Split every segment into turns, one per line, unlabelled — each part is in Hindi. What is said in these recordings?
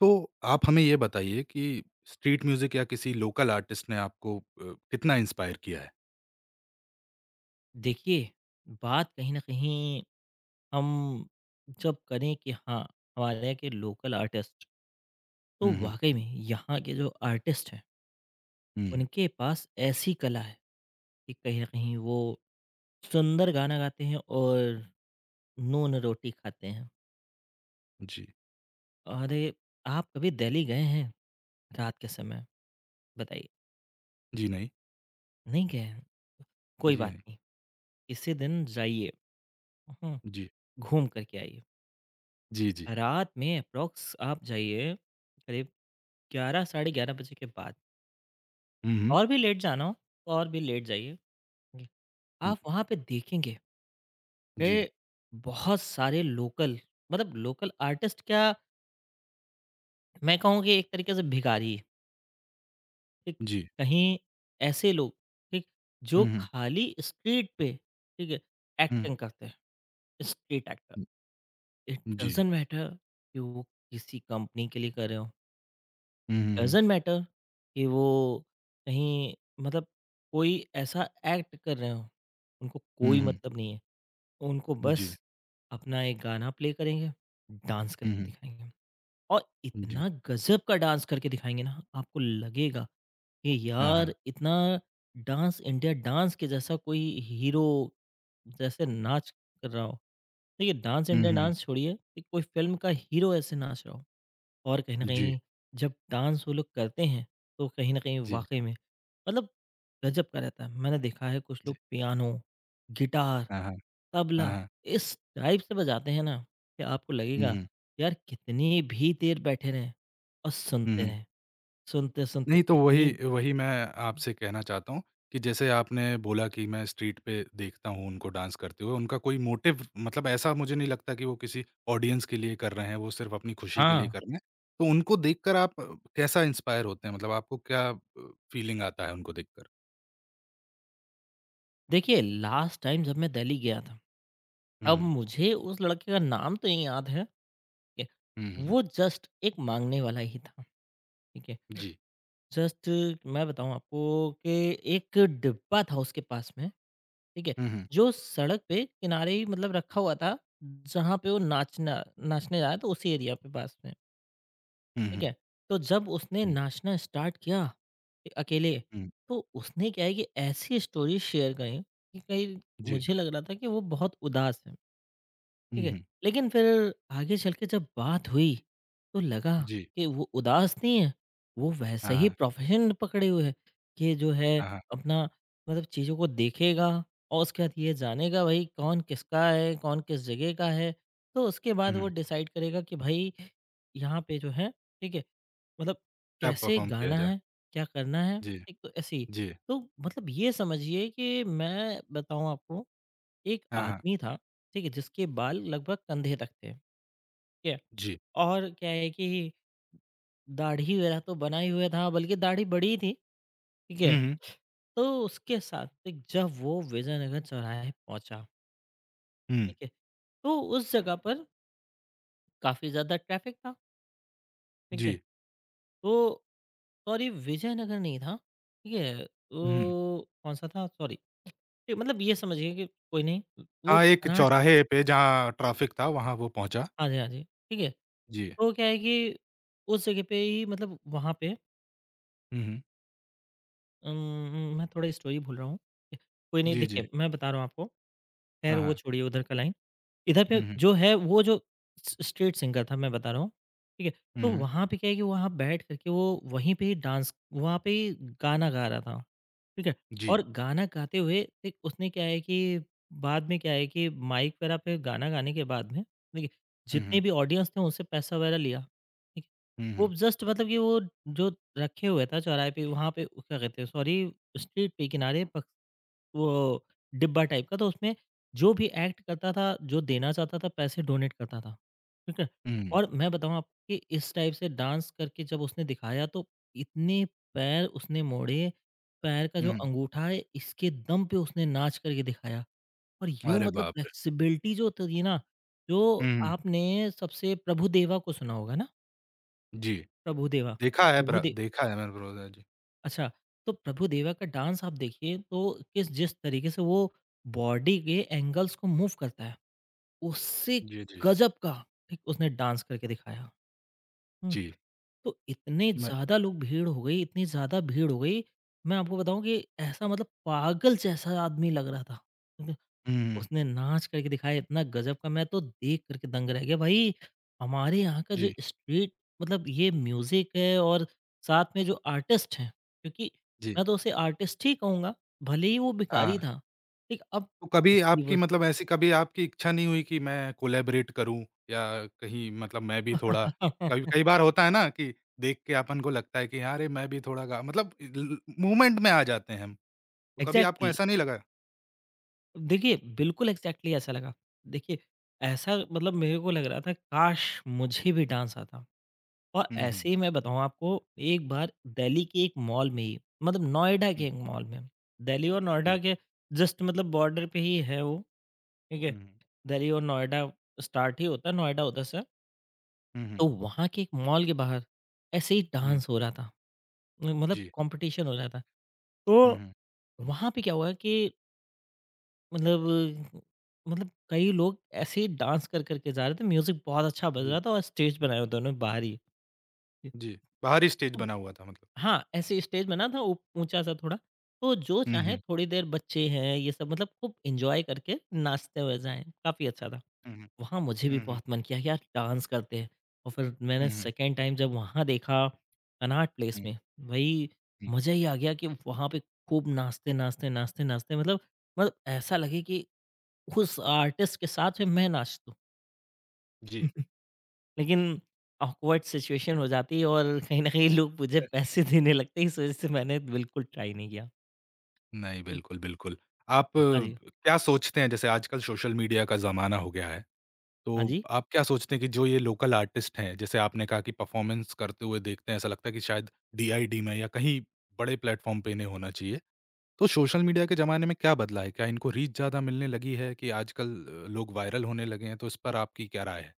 तो आप हमें ये बताइए कि स्ट्रीट म्यूज़िक या किसी लोकल आर्टिस्ट ने आपको कितना इंस्पायर किया है?
देखिए, बात कहीं न कहीं हम जब करें कि हाँ, हमारे यहाँ के लोकल आर्टिस्ट, तो
हुँ, हुँ,
वाक़ई में यहाँ के जो आर्टिस्ट हैं
हुँ,
उनके पास ऐसी कला है, कि कहीं न कहीं वो सुंदर गाना गाते हैं और नून रोटी खाते हैं।
जी।
अरे! आप कभी दिल्ली गए हैं रात के समय? बताइए।
जी, नहीं।
नहीं गए हैं? कोई
जी,
बात
नहीं।
नहीं, किसी दिन जाइए, हुँ,
जी।
घूम कर के आइए।
जी, जी।
रात में एप्रोक्स आप जाइए, करीब 11 साढ़े 11 बजे के बाद,
हुँ, हुँ।
और भी लेट जाना हो तो और भी लेट जाइए। जी।
हुँ,
आप वहाँ पे देखेंगे
जी,
कि बहुत सारे लोकल, मतलब लोकल आर्टिस्ट क्या, मैं कहूँ कि एक तरीके से भिखारी, ठीक?
जी।
कहीं ऐसे लोग, ठीक? जो
हुँ, हुँ,
खाली स्ट्रीट पे, ठीक है,
हुँ,
एक्टिंग करते हैं, स्ट्रीट एक्टर।
हुँ,
इट
जी।
डज़न्ट मैटर कि वो किसी कंपनी के लिए कर रहे हों।
हुँ, हुँ, हुँ,
डज़न्ट मैटर कि वो कहीं, मतलब कोई ऐसा एक्ट कर रहे हो, उनको
हुँ,
कोई
हुँ,
मतलब नहीं है। उनको बस
जी।
अपना एक गाना प्ले करेंगे, डांस
हुँ,
करके
हुँ,
दिखाएँगे, और
जी।
इतना गज़ब का डांस करके दिखाएँगे ना, आपको लगेगा कि
हाँ, हाँ।
यार इतना डांस इंडिया डांस के जैसा कोई हीरो जैसे नाच कर रहा हो। देखिए डांस
हुँ,
इंडिया
हुँ,
डांस छोड़िए, कि कोई फ़िल्म का हीरो ऐसे नाच रहा हो। और कहीं न
जी,
कहीं जब डांस वो लोग करते हैं, तो कहीं न कहीं
जी,
वाक़ई में, मतलब गज़ब का रहता है। मैंने देखा है, कुछ लोग
जी।
पियानो, गिटार,
हाँ, हाँ, हाँ,
तबला
हाँ।
इस टाइप से बजाते हैं ना, कि आपको
हुँ,
लगेगा
हुँ,
यार कितनी भी देर बैठे रहें और
हुँ,
सुनते
हुँ।
रहें। सुनते-सुनते
नहीं, तो
इतनी,
वही वही मैं आपसे कहना चाहता हूँ कि जैसे आपने बोला कि मैं स्ट्रीट पे देखता हूँ उनको डांस करते हुए, उनका कोई मोटिव मतलब ऐसा मुझे नहीं लगता कि वो किसी ऑडियंस के लिए कर रहे हैं, वो सिर्फ़ अपनी खुशी के लिए
हाँ,
कर रहे हैं। तो उनको देखकर आप कैसा इंस्पायर होते हैं? मतलब आपको क्या फीलिंग आता है उनको देखकर?
देखिए लास्ट टाइम जब मैं दिल्ली गया था,
हुँ,
अब
हुँ।
मुझे उस लड़के का नाम तो नहीं याद है, ठीक
हुँ,
है।
हुँ।
वो जस्ट एक माँगने वाला ही था, ठीक है।
जी।
जस्ट मैं बताऊँ आपको कि एक डिब्बा था उसके पास में, ठीक है?
हुँ, हुँ।
जो सड़क पे किनारे ही, मतलब रखा हुआ था, जहाँ पे वो नाचना नाचने आया था, उसी एरिया पे पास में,
हुँ,
ठीक
हुँ।
है? तो जब उसने
हुँ,
नाचना स्टार्ट किया ए अकेले,
हुँ।
तो उसने क्या है कि ऐसी स्टोरी शेयर करी कि कहीं
जी।
मुझे लग रहा था कि वो बहुत उदास है।
हुँ,
ठीक है,
हुँ।
लेकिन फिर आगे चल के जब बात हुई, तो लगा
जी।
कि वो उदास नहीं है, वो
हाँ,
वैसे ही
हाँ।
प्रोफ़ेशन पकड़े हुए है कि जो है
हाँ, हाँ।
अपना, मतलब चीज़ों को देखेगा और उसके बाद ये जानेगा भई कौन किसका है, कौन किस जगह का है। तो उसके
हुँ,
बाद वो
हुँ।
डिसाइड करेगा कि भई यहाँ पे जो है, ठीक है, मतलब
क्या
कैसे
परफ़ॉर्म किया
गाना
जाए?
है, क्या करना है,
जी।
एक तो ऐसे ही।
जी।
तो मतलब ये समझिए कि, मैं बताऊँ आपको, एक
हाँ, हाँ।
आदमी था, ठीक है? जिसके बाल लगभग कंधे तक थे, ठीक है?
जी।
और क्या है कि दाढ़ी वगैरह तो बना ही हुआ था, बल्कि दाढ़ी बड़ी ही थी, ठीक
हुँ,
है?
हुँ।
तो उसके साथ एक जब वो विजयनगर चौराहे पहुँचा,
हुँ।
ठीक है? तो उस जगह पर काफ़ी ज़्यादा ट्रैफ़िक था, ठीक है?
जी।
तो सॉरी, विजयनगर नहीं था, ठीक है?
हुँ, हुँ।
तो कौन-सा था? सॉरी ये, मतलब ये समझिए कि कोई नहीं, वो
हाँ, एक
कनाट।
चौराहे पे जहाँ ट्रैफ़िक था, वहाँ वो पहुँचा।
हाँ जी, हाँ जी, ठीक है?
जी।
तो क्या है कि उस जगह पे ही, मतलब वहाँ पे
हुँ, हुँ।
अम, मैं थोड़ा स्टोरी भूल रहा हूँ। कोई नहीं
जी, जी।
देखिए, मैं बता रहा हूँ आपको, ख़ैर
हाँ,
वो
हाँ।
छोड़िए उधर का लाइन। इधर पे
हुँ, हुँ।
जो है वो जो स स्ट्रीट सिंगर था, मैं बता रहा हूँ, ठीक है?
हुँ,
तो
हुँ।
वहाँ पे क्या है कि वहाँ बैठ कर के वो वहीं पे ही डांस, वहाँ पे ही गाना गा रहा था। ठीक है।
जी।
और गाना गाते हुए, एक उसने क्या है कि बाद में क्या है कि माइक वगैरह पे गाना गाने के बाद में, देखिए
हुँ, हुँ।
जितने भी ऑडियंस थे उनसे पैसा वगैरह लिया, ठीक है।
हुँ, हुँ।
वो जस्ट, मतलब कि वो जो रखे हुए था चौराहे पे, वहाँ पे क्या कहते हैं, सॉरी, स्ट्रीट पे किनारे वो डिब्बा टाइप का, तो उसमें जो भी एक्ट करता था, जो देना चाहता था, पैसे डोनेट करता था, ठीक है?
हुँ, हुँ।
और मैं बताऊँ आपको कि इस टाइप से डांस करके जब उसने दिखाया, तो इतने पैर उसने मोड़े, पैर का
हुँ,
जो
हुँ।
अंगूठा है, इसके दम पे उसने नाच करके दिखाया। और यूँ,
अरे
मतलब
बाप रे!
फ्लेक्सिबिलिटी जो होती थी ना,
हुँ,
जो
हुँ।
आपने सबसे प्रभुदेवा को सुना होगा ना?
जी,
प्रभुदेवा, तो प्रभुदे
देखा है मैंने प्रवधा जी।
अच्छा, तो प्रभुदेवा का डांस आप देखिए तो किस जिस तरीके से वो बॉडी के एंगल्स को मूव करता है, उससे
जी, जी।
गज़ब का एक उसने डांस करके दिखाया। हुँ।
जी।
तो इतने
मैं
ज़्यादा लोग भीड़ हो गई, इतनी ज़्यादा भीड़ हो गई, मैं आपको बताऊँ कि ऐसा, मतलब पागल जैसा आदमी लग रहा था। क्योंकि
हुँ।
उसने नाच करके दिखाया इतना गज़ब का, मैं तो देख कर के दंग रह गया। भाई, हमारे यहाँ का जो
जी,
स्ट्रीट, मतलब ये म्यूज़िक है और साथ में जो आर्टिस्ट हैं, क्योंकि
जी।
मैं तो उसे आर्टिस्ट ही कहूँगा, भले ही वो भिखारी
हाँ,
था। ठीक, अब
तो कभी
इसकी
आपकी
वज
मतलब ऐसी कभी आपकी इच्छा नहीं हुई कि मैं कोलैबोरेट करूँ या कहीं मतलब मैं भी थोड़ा कभी कई बार होता है ना कि देख के अपन को लगता है कि अरे! मैं भी थोड़ा गा मतलब ल ल मूवमेंट में आ जाते हैं हम। तो कभी आपको
एग्ज़ैक्टली।
ऐसा नहीं लगा?
देखिए, बिल्कुल एग्ज़ैक्टली ऐसा लगा। देखिए, ऐसा मतलब मेरे को लग रहा था, काश! मुझे भी डांस आता। और
हुँ, हुँ।
ऐसे ही मैं बताऊँ आपको, एक बार दिल्ली के एक मॉल में ही, मतलब नोएडा
हुँ।
के एक मॉल में, दिल्ली और नोएडा
जी।
के जस्ट, मतलब बॉर्डर पे ही है वो, ठीक है?
हुँ, हुँ।
दिल्ली और नोएडा स्टार्ट ही होता है, नोएडा उधर से।
हुँ, हुँ।
तो वहाँ के एक मॉल के बाहर ऐसे ही
हुँ।
डांस हो रहा था। मतलब
जी।
कॉम्पिटिशन हो रहा था।
हुँ,
तो
हुँ।
वहाँ पे क्या हुआ कि मतलब, कई लोग ऐसे ही डांस कर कर के जा रहे थे, म्यूज़िक बहुत अच्छा बज
जी,
रहा था और स्टेज बनाया उन्होंने बाहर ही। जी।
जी। बाहरी स्टेज
उम,
बना हुआ था मतलब।
हाँ, ऐसे स्टेज बना था, ऊ ऊँचा-सा थोड़ा, तो जो
हुँ,
चाहें
हुँ।
थोड़ी देर, बच्चे हैं ये सब, मतलब खूब एन्जॉय करके नाचते हुए जाएँ, काफ़ी अच्छा था।
हुँ, हुँ।
वहाँ मुझे भी
हुँ, हुँ।
बहुत मन किया कि यार डांस करते हैं, और फिर मैंने
हुँ, हुँ।
सेकंड टाइम जब वहाँ देखा कनॉट प्लेस
हुँ,
में, भई
हुँ।
मज़ा ही आ गया कि वहाँ पे खूब नाचते, नाचते, नाचते, नाचते, मतलब, ऐसा लगे कि उस आर्टिस्ट के साथ में मैं नाच दूँ।
जी।
लेकिन ऑकवर्ड सिचुएशन हो जाती है और कहीं न कहीं लोग मुझे पैसे देने लगते हैं, इस वज़ह से मैंने बिल्कुल ट्राई नहीं किया।
नहीं,
हुँ,
बिल्कुल, बिल्कुल। आप
हाँ जी,
क्या सोचते हैं जैसे आजकल सोशल मीडिया का ज़माना हो गया है,
हाँ
तो
जी।
आप क्या सोचते हैं कि जो ये लोकल आर्टिस्ट हैं, जैसे आपने कहा कि परफॉर्मेंस करते हुए देखते हैं, ऐसा लगता है कि शायद डीआईडी में या कहीं बड़े प्लेटफ़ॉर्म पे इन्हें होना चाहिए। तो सोशल मीडिया के ज़माने में क्या बदला है? क्या इनको रीच ज़्यादा मिलने लगी है कि आजकल लोग वायरल होने लगे हैं, तो इस पर आपकी क्या राय है?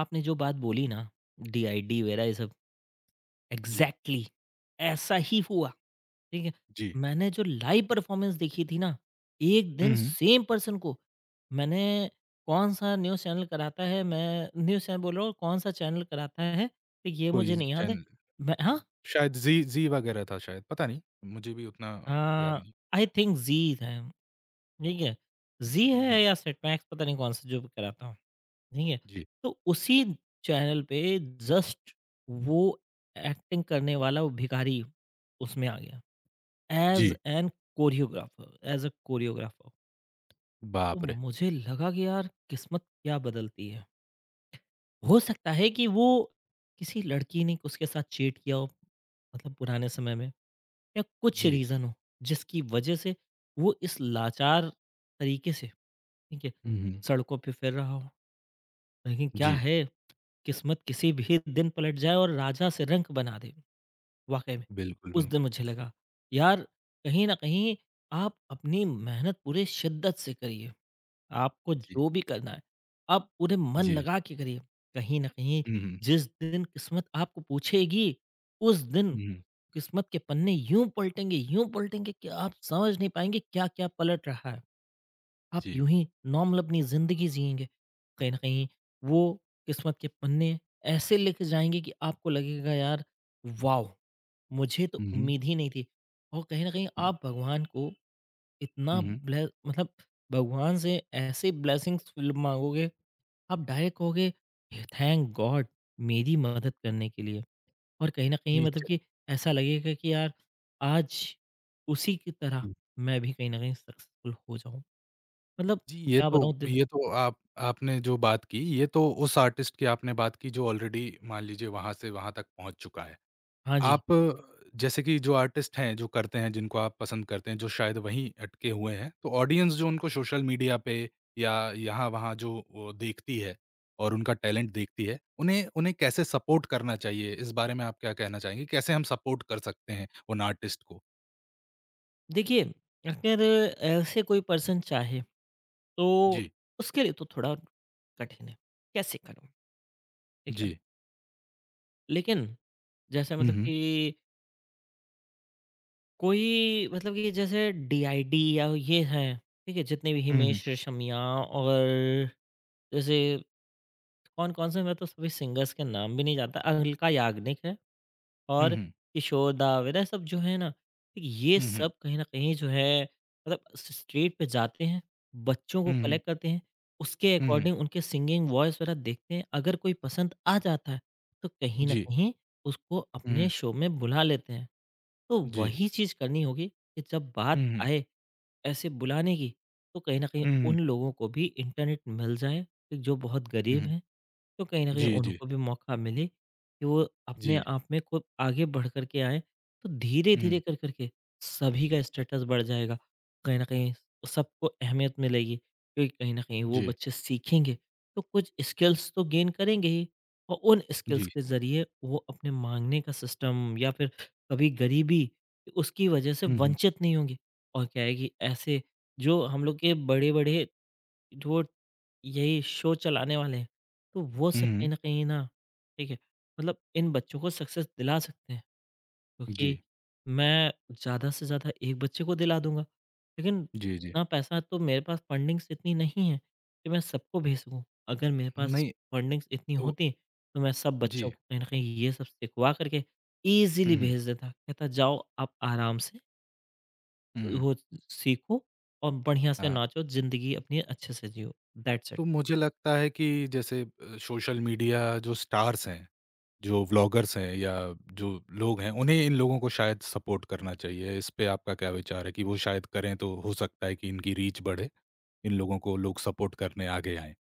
आपने जो बात बोली ना, डीआईडी वगैरह ये सब,
जी।
एग्ज़ैक्टली ऐसा ही हुआ, ठीक है?
जी।
मैंने जो लाइव परफ़ॉर्मेंस देखी थी ना, एक
हुँ,
दिन
हुँ।
सेम पर्सन को, मैंने कौन-सा न्यूज़ चैनल कराता है, मैं न्यूज़ चैनल बोल रहा हूँ, कौन-सा चैनल कराता है, ठीक, ये
कोई
मुझे नहीं याद है।
चैनल
मैं, हाँ?
शायद ज़ी ज़ी वगैरह था शायद, पता नहीं, मुझे भी उतना याद नहीं।
आई थिंक जी है, ठीक है, जी
हुँ, हुँ।
है या सेटमैक्स, पता नहीं कौन सा जो भी कराता हूँ, ठीक है।
जी,
तो उसी चैनल पे जस्ट वो एक्टिंग करने वाला वो भिखारी उसमें आ गया, एज
जी।
An choreographer, as a choreographer. तो
बाप रे!
मुझे लगा कि यार किस्मत क्या बदलती है, हो सकता है कि वो किसी लड़की ने उसके साथ चेट किया हो, मतलब पुराने समय में, या कुछ
जी।
रीज़न हो जिसकी वजह से वो इस लाचार तरीके से, ठीक है,
हुँ, हुँ।
सड़कों पे फिर रहा हो, लेकिन क्या
जी,
है, किस्मत किसी भी दिन पलट जाए और राजा से रंक बना दे, वाकई में।
बिल्कुल,
उस
बिल्कुल।
दिन मुझे लगा, यार कहीं ना कहीं आप अपनी मेहनत पूरे शिद्दत से करिए, आपको
जी,
जो भी करना है आप पूरे मन
जी।
लगा के करिए, कहीं ना कहीं
हुँ, हुँ।
जिस दिन किस्मत आपको पूछेगी, उस दिन
हुँ, हुँ।
किस्मत के पन्ने यूं पलटेंगे, यूं पलटेंगे कि आप समझ नहीं पाएंगे क्या क्या पलट रहा है। आप
जी।
यूं ही नॉर्मल अपनी जिंदगी जिएंगे, कहीं ना कहीं वो किस्मत के पन्ने ऐसे लेके जाएंगे कि आपको लगेगा यार वाह, मुझे तो
हुँ, हुँ।
उम्मीद ही नहीं थी। और कहीं ना कहीं आप भगवान को इतना,
हुँ, हुँ।
ब्ले मतलब भगवान से ऐसे ब्लेसिंग्स मांगोगे, आप डायरेक्ट कहोगे थैंक गॉड, मेरी मदद करने के लिए, और कहीं न कहीं
जी,
मतलब
च
कि ऐसा लगेगा कि यार आज उसी की तरह मैं भी कहीं न कहीं सक्सेसफुल हो जाऊँ। मतलब
जी, ये
क्या
तो
बताऊँ, दिल।
ये तो आप आपने जो बात की, ये तो उस आर्टिस्ट की आपने बात की जो ऑलरेडी मान लीजिए वहाँ से वहाँ तक पहुँच चुका है।
हाँ जी।
आप जैसे कि जो आर्टिस्ट हैं, जो करते हैं, जिनको आप पसंद करते हैं, जो शायद वहीं अटके हुए हैं, तो ऑडियंस जो उनको सोशल मीडिया पे या यहाँ-वहाँ जो वो देखती है और उनका टैलेंट देखती है, उन्हें उन्हें कैसे सपोर्ट करना चाहिए? इस बारे में आप क्या कहना चाहेंगे? कैसे हम सपोर्ट कर सकते हैं उन आर्टिस्ट को?
देखिए, अगर ऐसे कोई पर्सन चाहे तो
जी,
उसके लिए तो थोड़ा कठिन है, कैसे करूँ? ठीक है।
जी।
लेकिन जैसे,
हुँ,
मतलब
हुँ।
कि कोई, मतलब कि जैसे डीआईडी या ये हैं, ठीक है? जितने भी
हुँ, हुँ।
हिमेश रेशमिया, और जैसे कौन-कौन से, मैं तो सभी सिंगर्स के नाम भी नहीं जानता, अलका याग्निक है।
हुँ,
और
हुँ।
किशोरदा वगैरह सब जो है ना, ये
हुँ, हुँ।
सब कहीं न कहीं जो है, मतलब स स्ट्रीट पे जाते हैं, बच्चों
हुँ,
को
हुँ।
कलेक्ट करते हैं, उसके
हुँ, हुँ।
अकॉर्डिंग उनके सिंगिंग वॉइस वगैरह देखते हैं, अगर कोई पसंद आ जाता है, तो कहीं न
जी।
कहीं उसको अपने
हुँ,
शो में बुला लेते हैं। तो
जी।
वही चीज़ करनी होगी कि जब बात
हुँ, हुँ।
आए ऐसे बुलाने की, तो कहीं न कहीं
हुँ, हुँ।
उन लोगों को भी इंटरनेट मिल जाए, कि जो बहुत
हुँ,
गरीब
हुँ।
हैं, तो कहीं न कहीं
जी, जी।
उनको भी मौका मिले कि वो अपने
जी।
आप में खुद आगे बढ़ कर के आएँ। तो
हुँ।
धीरे-धीरे कर कर के सभी का स्टेटस बढ़ जाएगा। कहीं न कहीं सबको अहमियत मिलेगी, क्योंकि कहीं न कहीं वो
जी,
बच्चे सीखेंगे, तो कुछ स्किल्स तो गेन करेंगे ही, और उन स्किल्स
जी।
के ज़रिए वो अपने माँगने का सिस्टम या फिर कभी गरीबी, उसकी वजह से
हुँ, हुँ।
वंचित नहीं होंगे। और क्या है कि ऐसे जो हम लोग के बड़े-बड़े जो यही शो चलाने वाले हैं, तो वो
हुँ,
सब कहीं
हुँ।
न कहीं ना, ठीक है, मतलब इन बच्चों को सक्सेस दिला सकते हैं,
जी।
क्योंकि मैं ज़्यादा से ज़्यादा 1 बच्चे को दिला दूँगा। लेकिन
जी, जी।
इतना पैसा तो मेरे पास, फंडिंग्स इतनी नहीं है कि मैं सबको भेज सकूँ। अगर मेरे पास
नहीं,
फंडिंग्स इतनी
तो
होती, तो मैं सब
जी।
बच्चों को कहीं न कहीं ये सब सिखवा करके
हुँ,
ईज़िली
हुँ।
भेज देता। कहता जाओ आप आराम से
हुँ, हुँ।
वो सीखो और बढ़िया से
हाँ,
नाचो, ज़िंदगी अपनी अच्छे से जियो। That's it.
तो मुझे लगता है कि जैसे सोशल मीडिया जो स्टार्स हैं, जो व्लॉगर्स हैं या जो लोग हैं, उन्हें इन लोगों को शायद सपोर्ट करना चाहिए। इस पे आपका क्या विचार है कि वो शायद करें तो हो सकता है कि इनकी रीच बढ़े, इन लोगों को लोग सपोर्ट करने आगे आएँ?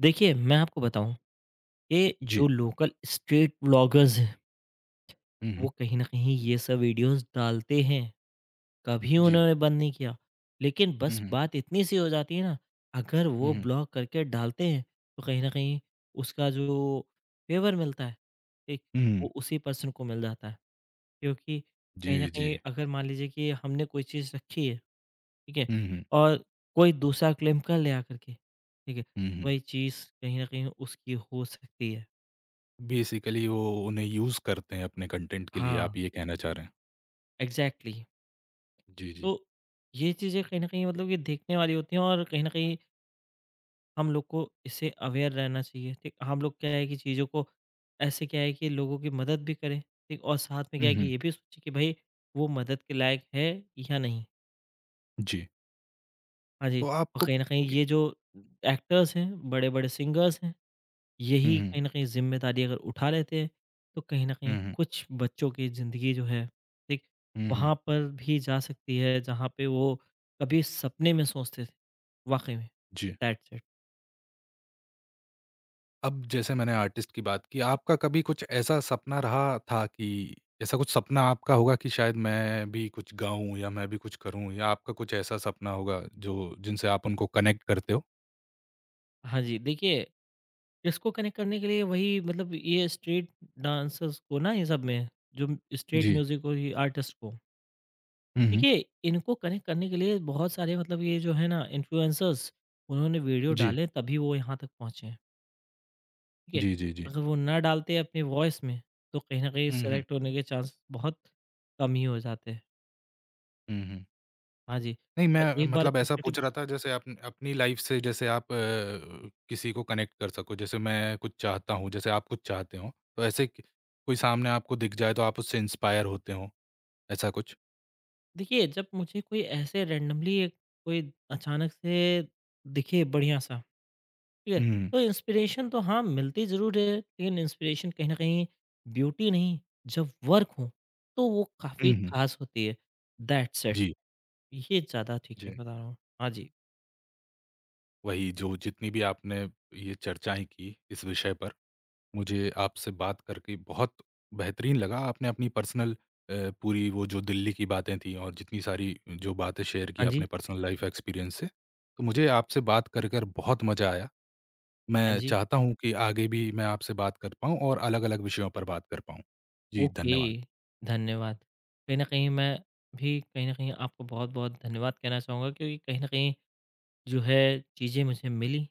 देखिए, मैं आपको बताऊँ, ये
जी।
जो लोकल स्ट्रीट ब्लॉगर्स हैं,
हुँ,
वो
हुँ।
कहीं न कहीं ये सब वीडियोज़ डालते हैं, कभी
जी।
उन्होंने बंद नहीं किया। लेकिन
हुँ,
बस
हुँ।
बात इतनी सी हो जाती है ना, अगर वो
हुँ, हुँ।
ब्लॉग करके डालते हैं, तो कहीं न कहीं उसका जो फ़ेवर मिलता है, ठीक?
हुँ।
वो उसी पर्सन को मिल जाता है। क्योंकि
जी,
कहीं न
जी।
कहीं अगर मान लीजिए कि हमने कोई चीज़ रखी है, ठीक है?
हुँ, हुँ।
और कोई दूसरा क्लेम कर ले आकर के, ठीक है?
हुँ,
तो
हुँ।
वही चीज़ कहीं न कहीं उसकी हो सकती है।
बेसिकली वो उन्हें यूज़ करते हैं अपने कंटेंट के लिए, आप
हाँ।
ये कहना चाह रहे हैं?
एग्ज़ैक्टली।
जी, जी।
तो ये चीज़ें कहीं न कहीं, मतलब कि देखने वाली होती हैं, और कहीं न कहीं हम लोग को इससे अवेयर रहना चाहिए, ठीक? हम लोग क्या है कि चीज़ों को ऐसे, क्या है कि लोगों की मदद भी करें, ठीक? और साथ में क्या
हुँ,
है कि
हुँ।
ये भी सोचें कि भाई वो मदद के लायक है या नहीं?
जी।
हाँ
तो
जी, और
आपको
कहीं न कहीं
कि
ये जो एक्टर्स हैं, बड़े-बड़े सिंगर्स हैं,
हुँ,
यही
हुँ।
कहीं न कहीं ज़िम्मेदारी अगर उठा लेते, हैं तो कहीं न कहीं
हुँ, हुँ।
कुछ बच्चों की ज़िंदगी जो है, ठीक,
हुँ, हुँ।
वहाँ पर भी जा सकती है, जहाँ पे वो कभी सपने में सोचते थे, वाक़ई में।
जी।
That's it.
अब जैसे मैंने आर्टिस्ट की बात की, आपका कभी कुछ ऐसा सपना रहा था कि ऐसा कुछ सपना आपका होगा कि शायद मैं भी कुछ गाऊँ या मैं भी कुछ करूँ या आपका कुछ ऐसा सपना होगा जो जिनसे आप उनको कनेक्ट करते हो?
हाँ जी, देखिए इसको कनेक्ट करने के लिए वही, मतलब ये स्ट्रीट डांसर्स को ना ये सब में, जो स्ट्रीट
जी।
म्यूज़िक और ये आर्टिस्ट को,
हुँ, हुँ।
देखिए इनको कनेक्ट करने के लिए बहुत सारे, मतलब ये जो है ना इन्फ्लुएंसर्स, उन्होंने वीडियो
जी।
डाले तभी वो यहाँ तक पहुँचे हैं। ठीक है?
जी, जी, जी।
अगर वो ना डालते अपनी वॉइस में, तो कहीं न कहीं
हुँ, हुँ।
सेलेक्ट होने के चांस बहुत कम ही हो जाते हैं।
हुँ, हुँ।
हाँ जी,
नहीं,
और
मैं
एक बार
मतलब ऐसा
अपॉर्च्युनिटी,
पूछ रहा था जैसे आप अपनी लाइफ़ से जैसे आप किसी को कनेक्ट कर सको, जैसे मैं कुछ चाहता हूँ, जैसे आप कुछ चाहते हो, तो ऐसे क कोई सामने आपको दिख जाए तो आप उससे इंस्पायर होते हो, ऐसा कुछ?
देखिए जब मुझे कोई ऐसे रैंडमली एक कोई अचानक से दिखे बढ़िया सा, ठीक है?
हुँ, हुँ,
तो इंस्पिरेशन तो, हाँ, मिलती ज़रूर है, लेकिन इंस्पिरेशन कहीं न कहीं ब्यूटी नहीं, जब वर्क हो, तो वो काफ़ी
हुँ, हुँ।
ख़ास होती है। That's it.
जी,
ये ज़्यादा ठीक है,
जी।
बता रहा हूँ। हाँ जी।
वही जो जितनी भी आपने ये चर्चाएँ की इस विषय पर मुझे आपसे बात करके बहुत बेहतरीन लगा। आपने अपनी पर्सनल अ, पूरी वो जो दिल्ली की बातें थी और जितनी सारी जो बातें शेयर की
हाँ जी।
आपने पर्सनल लाइफ़ एक्सपीरियंस से, तो मुझे आपसे बात कर कर बहुत मज़ा आया।
हाँ
मैं
जी।
चाहता हूँ कि आगे भी मैं आपसे बात कर पाऊँ और अलग-अलग विषयों पर बात कर पाऊँ। जी,
ओके,
धन्यवाद।
धन्यवाद। कहीं न कहीं मैं भी कहीं न कहीं आपको बहुत-बहुत धन्यवाद कहना चाहूँगा, क्योंकि कहीं न कहीं जो है चीज़ें मुझे मिली।